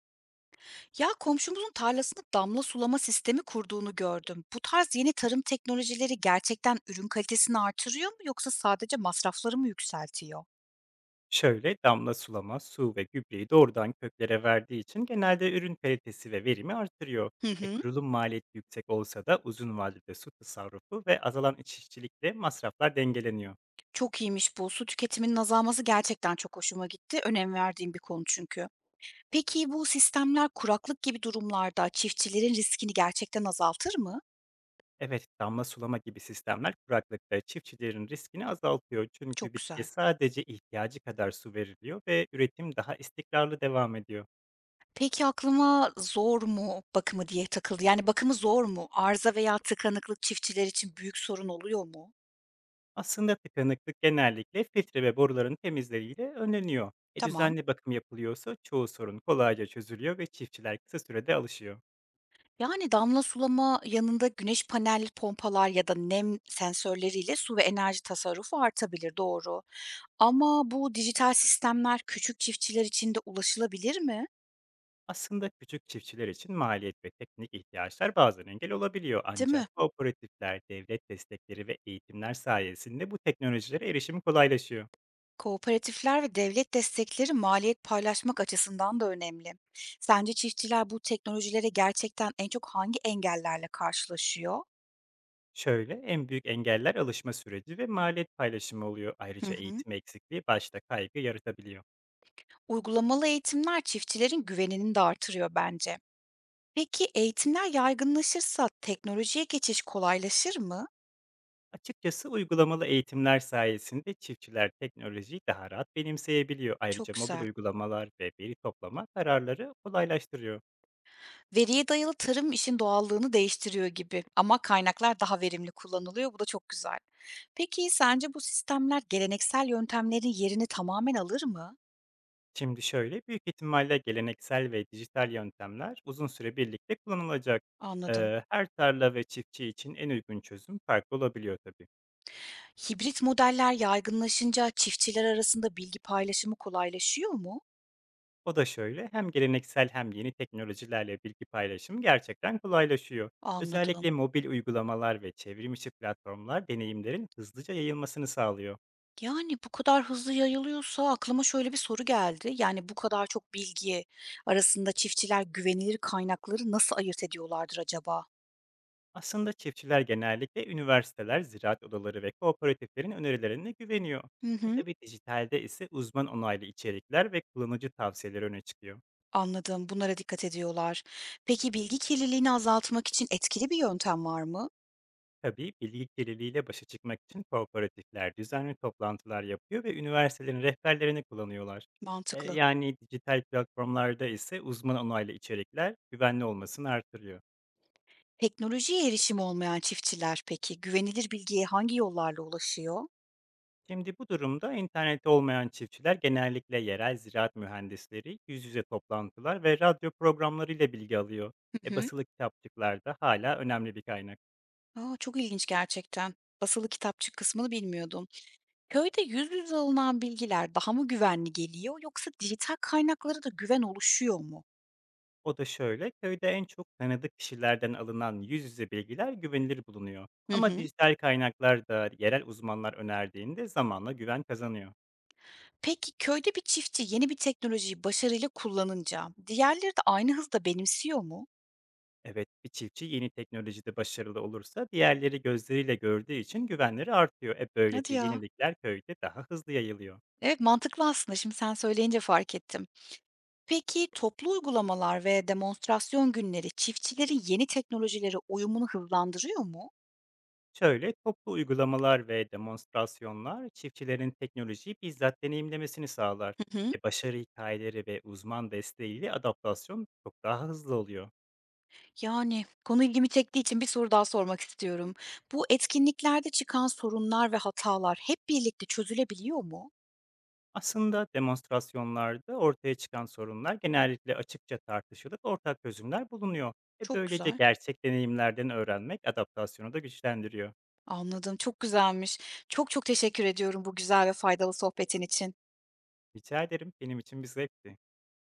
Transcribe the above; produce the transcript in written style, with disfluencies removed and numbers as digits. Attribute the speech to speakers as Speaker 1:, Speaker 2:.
Speaker 1: Ya komşumuzun tarlasında damla sulama sistemi kurduğunu gördüm. Bu tarz yeni tarım teknolojileri gerçekten ürün kalitesini artırıyor mu yoksa sadece masrafları mı yükseltiyor?
Speaker 2: Şöyle damla sulama, su ve gübreyi doğrudan köklere verdiği için genelde ürün kalitesi ve verimi artırıyor.
Speaker 1: Hı hı.
Speaker 2: Kurulum maliyeti yüksek olsa da uzun vadede su tasarrufu ve azalan iç işçilikle masraflar dengeleniyor.
Speaker 1: Çok iyiymiş bu. Su tüketiminin azalması gerçekten çok hoşuma gitti. Önem verdiğim bir konu çünkü. Peki bu sistemler kuraklık gibi durumlarda çiftçilerin riskini gerçekten azaltır mı?
Speaker 2: Evet, damla sulama gibi sistemler kuraklıkta çiftçilerin riskini azaltıyor çünkü
Speaker 1: Çok
Speaker 2: bitkiye
Speaker 1: güzel.
Speaker 2: sadece ihtiyacı kadar su veriliyor ve üretim daha istikrarlı devam ediyor.
Speaker 1: Peki aklıma zor mu bakımı diye takıldı. Yani bakımı zor mu? Arıza veya tıkanıklık çiftçiler için büyük sorun oluyor mu?
Speaker 2: Aslında tıkanıklık genellikle filtre ve boruların temizleriyle önleniyor.
Speaker 1: Tamam.
Speaker 2: Düzenli bakım yapılıyorsa çoğu sorun kolayca çözülüyor ve çiftçiler kısa sürede alışıyor.
Speaker 1: Yani, damla sulama yanında güneş panelli pompalar ya da nem sensörleriyle su ve enerji tasarrufu artabilir, doğru. Ama bu dijital sistemler küçük çiftçiler için de ulaşılabilir mi?
Speaker 2: Aslında küçük çiftçiler için maliyet ve teknik ihtiyaçlar bazen engel olabiliyor
Speaker 1: Değil mi?
Speaker 2: ancak kooperatifler, devlet destekleri ve eğitimler sayesinde bu teknolojilere erişim kolaylaşıyor.
Speaker 1: Kooperatifler ve devlet destekleri maliyet paylaşmak açısından da önemli. Sence çiftçiler bu teknolojilere gerçekten en çok hangi engellerle karşılaşıyor?
Speaker 2: Şöyle en büyük engeller alışma süreci ve maliyet paylaşımı oluyor.
Speaker 1: Hı
Speaker 2: Ayrıca
Speaker 1: hı.
Speaker 2: eğitim eksikliği başta kaygı yaratabiliyor.
Speaker 1: Uygulamalı eğitimler çiftçilerin güvenini de artırıyor bence. Peki eğitimler yaygınlaşırsa teknolojiye geçiş kolaylaşır mı?
Speaker 2: Açıkçası uygulamalı eğitimler sayesinde çiftçiler teknolojiyi daha rahat benimseyebiliyor.
Speaker 1: Çok
Speaker 2: Ayrıca mobil
Speaker 1: güzel.
Speaker 2: uygulamalar ve veri toplama kararları kolaylaştırıyor.
Speaker 1: Veriye dayalı tarım işin doğallığını değiştiriyor gibi ama kaynaklar daha verimli kullanılıyor. Bu da çok güzel. Peki sence bu sistemler geleneksel yöntemlerin yerini tamamen alır mı?
Speaker 2: Şimdi şöyle, büyük ihtimalle geleneksel ve dijital yöntemler uzun süre birlikte kullanılacak.
Speaker 1: Anladım.
Speaker 2: Her tarla ve çiftçi için en uygun çözüm farklı olabiliyor tabii.
Speaker 1: Hibrit modeller yaygınlaşınca çiftçiler arasında bilgi paylaşımı kolaylaşıyor mu?
Speaker 2: O da şöyle, hem geleneksel hem yeni teknolojilerle bilgi paylaşımı gerçekten kolaylaşıyor.
Speaker 1: Anladım.
Speaker 2: Özellikle mobil uygulamalar ve çevrimiçi platformlar deneyimlerin hızlıca yayılmasını sağlıyor.
Speaker 1: Yani, bu kadar hızlı yayılıyorsa aklıma şöyle bir soru geldi. Yani, bu kadar çok bilgi arasında çiftçiler güvenilir kaynakları nasıl ayırt ediyorlardır acaba?
Speaker 2: Aslında çiftçiler genellikle üniversiteler, ziraat odaları ve kooperatiflerin önerilerine güveniyor.
Speaker 1: Hı hı,
Speaker 2: Tabi dijitalde ise uzman onaylı içerikler ve kullanıcı tavsiyeleri öne çıkıyor.
Speaker 1: anladım. Bunlara dikkat ediyorlar. Peki bilgi kirliliğini azaltmak için etkili bir yöntem var mı?
Speaker 2: Tabii bilgi kirliliğiyle başa çıkmak için kooperatifler düzenli toplantılar yapıyor ve üniversitelerin rehberlerini kullanıyorlar.
Speaker 1: Mantıklı.
Speaker 2: Yani dijital platformlarda ise uzman onaylı içerikler güvenli olmasını artırıyor.
Speaker 1: Teknolojiye erişimi olmayan çiftçiler peki güvenilir bilgiye hangi yollarla ulaşıyor?
Speaker 2: Şimdi bu durumda interneti olmayan çiftçiler genellikle yerel ziraat mühendisleri, yüz yüze toplantılar ve radyo programlarıyla bilgi alıyor.
Speaker 1: Hı hı.
Speaker 2: Basılı kitapçıklar da hala önemli bir kaynak.
Speaker 1: A, çok ilginç gerçekten. Basılı kitapçık kısmını bilmiyordum. Köyde yüz yüze alınan bilgiler daha mı güvenli geliyor yoksa dijital kaynaklara da güven oluşuyor mu?
Speaker 2: O da şöyle, köyde en çok tanıdık kişilerden alınan yüz yüze bilgiler güvenilir bulunuyor.
Speaker 1: Hı
Speaker 2: Ama
Speaker 1: hı.
Speaker 2: dijital kaynaklar da yerel uzmanlar önerdiğinde zamanla güven kazanıyor.
Speaker 1: Peki köyde bir çiftçi yeni bir teknolojiyi başarıyla kullanınca diğerleri de aynı hızda benimsiyor mu?
Speaker 2: Evet, bir çiftçi yeni teknolojide başarılı olursa diğerleri gözleriyle gördüğü için güvenleri artıyor.
Speaker 1: Hadi
Speaker 2: Böylece
Speaker 1: ya.
Speaker 2: yenilikler köyde daha hızlı yayılıyor.
Speaker 1: Evet mantıklı aslında şimdi sen söyleyince fark ettim. Peki toplu uygulamalar ve demonstrasyon günleri çiftçilerin yeni teknolojilere uyumunu hızlandırıyor mu?
Speaker 2: Şöyle, toplu uygulamalar ve demonstrasyonlar çiftçilerin teknolojiyi bizzat deneyimlemesini sağlar.
Speaker 1: Hı hı.
Speaker 2: Başarı hikayeleri ve uzman desteğiyle adaptasyon çok daha hızlı oluyor.
Speaker 1: Yani, konu ilgimi çektiği için bir soru daha sormak istiyorum. Bu etkinliklerde çıkan sorunlar ve hatalar hep birlikte çözülebiliyor mu?
Speaker 2: Aslında demonstrasyonlarda ortaya çıkan sorunlar genellikle açıkça tartışılıp ortak çözümler bulunuyor.
Speaker 1: Çok
Speaker 2: Böylece
Speaker 1: güzel.
Speaker 2: gerçek deneyimlerden öğrenmek adaptasyonu da güçlendiriyor.
Speaker 1: Anladım, çok güzelmiş. Çok çok teşekkür ediyorum bu güzel ve faydalı sohbetin için.
Speaker 2: Rica ederim, benim için bir zevkti.